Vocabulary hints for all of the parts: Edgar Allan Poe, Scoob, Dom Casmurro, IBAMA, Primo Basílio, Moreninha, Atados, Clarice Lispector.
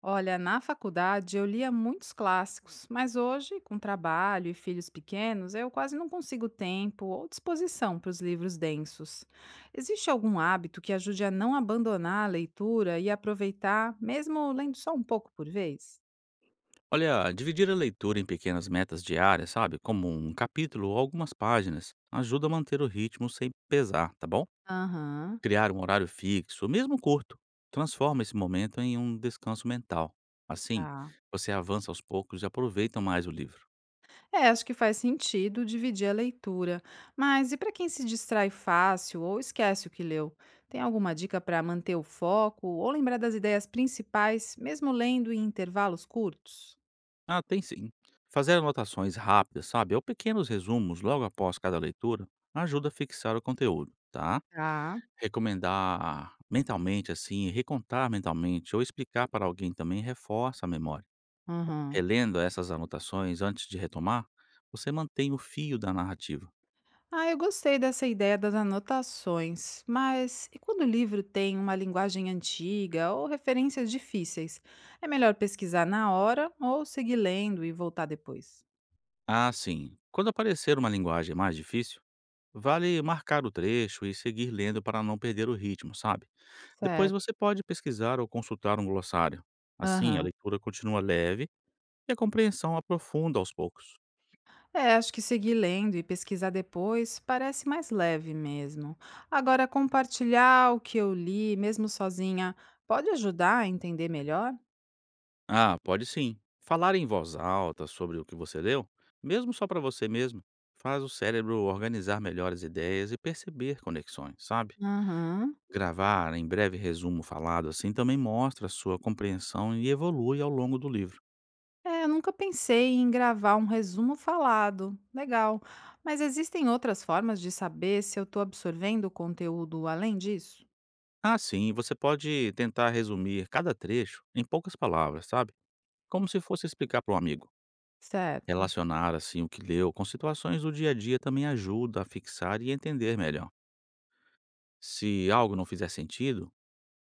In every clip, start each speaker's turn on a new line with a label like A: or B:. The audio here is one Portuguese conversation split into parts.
A: Olha, na faculdade eu lia muitos clássicos, mas hoje, com trabalho e filhos pequenos, eu quase não consigo tempo ou disposição para os livros densos. Existe algum hábito que ajude a não abandonar a leitura e aproveitar, mesmo lendo só um pouco por vez?
B: Olha, dividir a leitura em pequenas metas diárias, sabe? Como um capítulo ou algumas páginas, ajuda a manter o ritmo sem pesar, tá bom?
A: Aham,
B: Criar um horário fixo, mesmo curto, transforma esse momento em um descanso mental. Assim,
A: tá.
B: você avança aos poucos e aproveita mais o livro.
A: É, acho que faz sentido dividir a leitura. Mas e para quem se distrai fácil ou esquece o que leu? Tem alguma dica para manter o foco ou lembrar das ideias principais, mesmo lendo em intervalos curtos?
B: Ah, tem sim. Fazer anotações rápidas, sabe? Ou pequenos resumos logo após cada leitura ajuda a fixar o conteúdo, tá?
A: Tá.
B: Recomendar mentalmente, assim, recontar mentalmente ou explicar para alguém também reforça a memória.
A: Aham.
B: Relendo essas anotações antes de retomar, você mantém o fio da narrativa.
A: Ah, eu gostei dessa ideia das anotações, mas e quando o livro tem uma linguagem antiga ou referências difíceis? É melhor pesquisar na hora ou seguir lendo e voltar depois?
B: Ah, sim. Quando aparecer uma linguagem mais difícil, vale marcar o trecho e seguir lendo para não perder o ritmo, sabe? Depois
A: Certo.
B: você pode pesquisar ou consultar um glossário. Assim, a
A: Aham.
B: leitura continua leve e a compreensão aprofunda aos poucos.
A: É, acho que seguir lendo e pesquisar depois parece mais leve mesmo. Agora, compartilhar o que eu li, mesmo sozinha, pode ajudar a entender melhor?
B: Ah, pode sim. Falar em voz alta sobre o que você leu, mesmo só para você mesmo, faz o cérebro organizar melhor as ideias e perceber conexões, sabe?
A: Aham.
B: Gravar em breve resumo falado assim também mostra a sua compreensão e evolui ao longo do livro.
A: É, eu nunca pensei em gravar um resumo falado. Legal. Mas existem outras formas de saber se eu estou absorvendo o conteúdo além disso?
B: Assim, você pode tentar resumir cada trecho em poucas palavras, sabe? Como se fosse explicar para um amigo.
A: Certo.
B: Relacionar assim o que leu com situações do dia a dia também ajuda a fixar e entender melhor. Se algo não fizer sentido,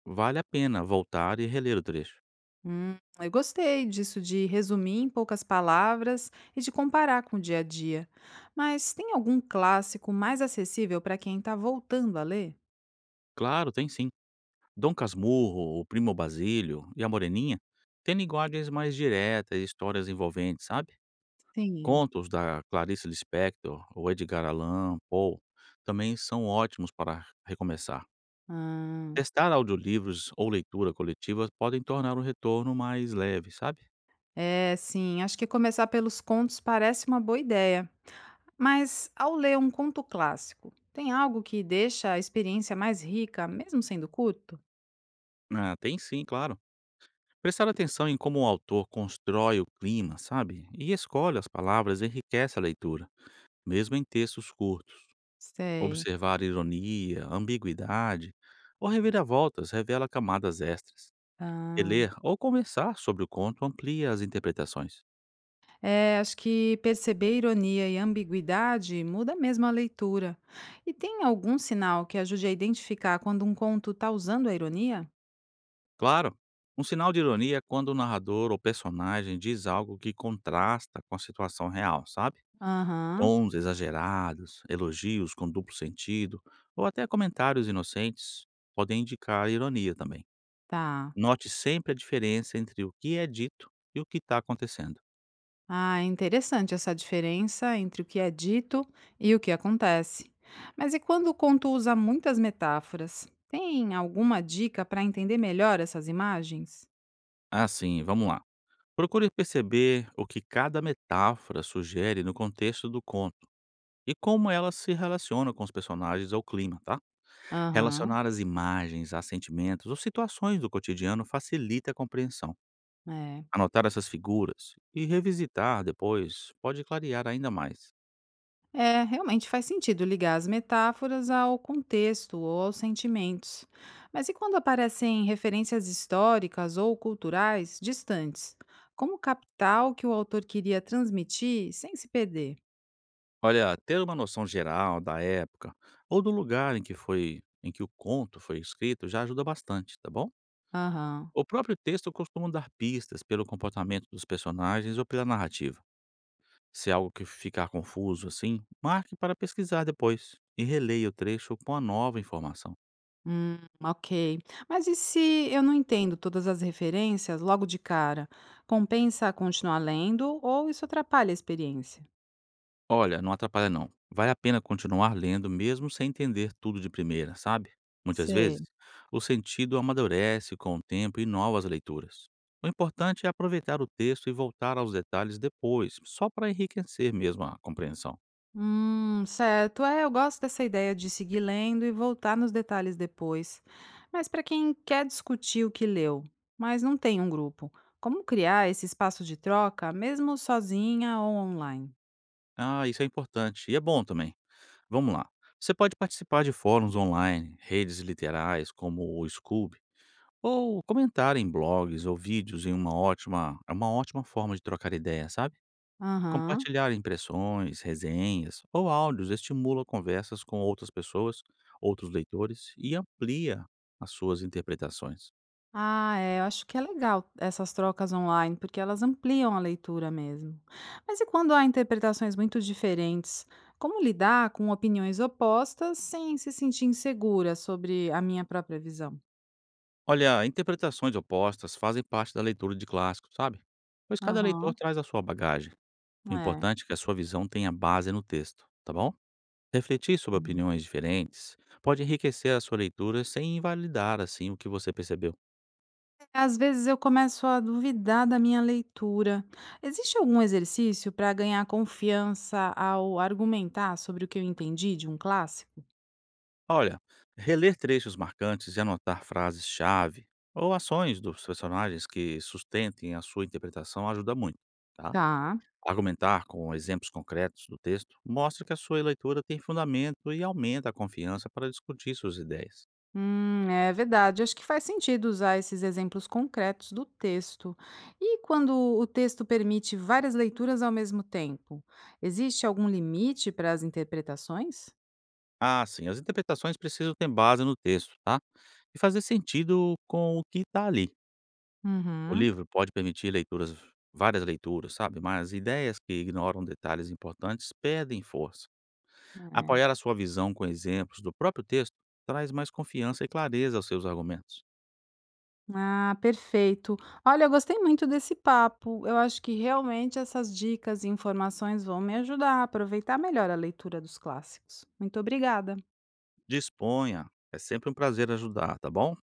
B: vale a pena voltar e reler o trecho.
A: Eu gostei disso de resumir em poucas palavras e de comparar com o dia a dia. Mas tem algum clássico mais acessível para quem está voltando a ler?
B: Claro, tem sim. Dom Casmurro, o Primo Basílio e a Moreninha têm linguagens mais diretas e histórias envolventes, sabe?
A: Sim.
B: Contos da Clarice Lispector ou Edgar Allan Poe também são ótimos para recomeçar.
A: Ah,
B: Testar audiolivros ou leitura coletiva podem tornar o retorno mais leve, sabe?
A: é, sim. Acho que começar pelos contos parece uma boa ideia. Mas ao ler um conto clássico, tem algo que deixa a experiência mais rica, mesmo sendo curto?
B: Ah, tem sim, claro. Prestar atenção em como o autor constrói o clima, sabe? E escolhe as palavras enriquece a leitura, mesmo em textos curtos.
A: Sei.
B: Observar ironia, ambiguidade ou reviravoltas revela camadas extras.
A: Ah.
B: Ler ou conversar sobre o conto amplia as interpretações.
A: É, acho que perceber ironia e ambiguidade muda mesmo a leitura. E tem algum sinal que ajude a identificar quando um conto está usando a ironia?
B: Claro, um sinal de ironia é quando o narrador ou personagem diz algo que contrasta com a situação real, sabe?
A: Aham,
B: Tons exagerados, elogios com duplo sentido ou até comentários inocentes podem indicar ironia também.
A: tá.
B: Note sempre a diferença entre o que é dito e o que está acontecendo.
A: Ah, é interessante essa diferença entre o que é dito e o que acontece. Mas e quando o conto usa muitas metáforas? Tem alguma dica para entender melhor essas imagens?
B: Assim, vamos lá. Procure perceber o que cada metáfora sugere no contexto do conto e como ela se relaciona com os personagens ou clima, tá?
A: Aham,
B: Relacionar as imagens a sentimentos ou situações do cotidiano facilita a compreensão.
A: é.
B: Anotar essas figuras e revisitar depois pode clarear ainda mais.
A: É, realmente faz sentido ligar as metáforas ao contexto ou aos sentimentos. Mas e quando aparecem referências históricas ou culturais distantes? Como captar o que o autor queria transmitir sem se perder?
B: Olha, ter uma noção geral da época ou do lugar em que o conto foi escrito já ajuda bastante, tá bom?
A: Aham.
B: O próprio texto costuma dar pistas pelo comportamento dos personagens ou pela narrativa. Se algo que ficar confuso assim, marque para pesquisar depois e releia o trecho com a nova informação.
A: Hum, ok. Mas e se eu não entendo todas as referências logo de cara? Compensa continuar lendo ou isso atrapalha a experiência?
B: Olha, não atrapalha não. Vale a pena continuar lendo mesmo sem entender tudo de primeira, sabe? Muitas vezes,
A: Sei.
B: o sentido amadurece com o tempo e novas leituras. O importante é aproveitar o texto e voltar aos detalhes depois, só para enriquecer mesmo a compreensão.
A: Certo. É, eu gosto dessa ideia de seguir lendo e voltar nos detalhes depois. Mas para quem quer discutir o que leu, mas não tem um grupo, como criar esse espaço de troca, mesmo sozinha ou online?
B: Ah, isso é importante e é bom também. Vamos lá. Você pode participar de fóruns online, redes literais como o Scoob, ou comentar em blogs ou vídeos é uma ótima forma de trocar ideia, sabe?
A: Aham.
B: Compartilhar impressões, resenhas ou áudios estimula conversas com outras pessoas, outros leitores e amplia as suas interpretações.
A: Ah, é, eu acho que é legal essas trocas online, porque elas ampliam a leitura mesmo. Mas e quando há interpretações muito diferentes? Como lidar com opiniões opostas sem se sentir insegura sobre a minha própria visão?
B: Olha, interpretações opostas fazem parte da leitura de clássicos, sabe? Pois cada leitor
A: Aham,
B: traz a sua bagagem. O
A: é.
B: importante é que a sua visão tenha base no texto, tá bom? Refletir sobre
A: Hum.
B: opiniões diferentes pode enriquecer a sua leitura sem invalidar assim o que você percebeu.
A: É, às vezes eu começo a duvidar da minha leitura. Existe algum exercício para ganhar confiança ao argumentar sobre o que eu entendi de um clássico?
B: Olha, reler trechos marcantes e anotar frases-chave ou ações dos personagens que sustentem a sua interpretação ajuda muito, tá?
A: Tá.
B: Argumentar com exemplos concretos do texto mostra que a sua leitura tem fundamento e aumenta a confiança para discutir suas ideias.
A: É verdade. Acho que faz sentido usar esses exemplos concretos do texto. E quando o texto permite várias leituras ao mesmo tempo, existe algum limite para as interpretações?
B: Ah, sim, as interpretações precisam ter base no texto, tá? E fazer sentido com o que está ali. O
A: Uhum.
B: livro pode permitir várias leituras, sabe? Mas ideias que ignoram detalhes importantes perdem força. Apoiar a sua visão com exemplos do próprio texto traz mais confiança e clareza aos seus argumentos.
A: Ah, perfeito. Olha, eu gostei muito desse papo. Eu acho que realmente essas dicas e informações vão me ajudar a aproveitar melhor a leitura dos clássicos. Muito obrigada.
B: Disponha, é sempre um prazer ajudar, tá bom?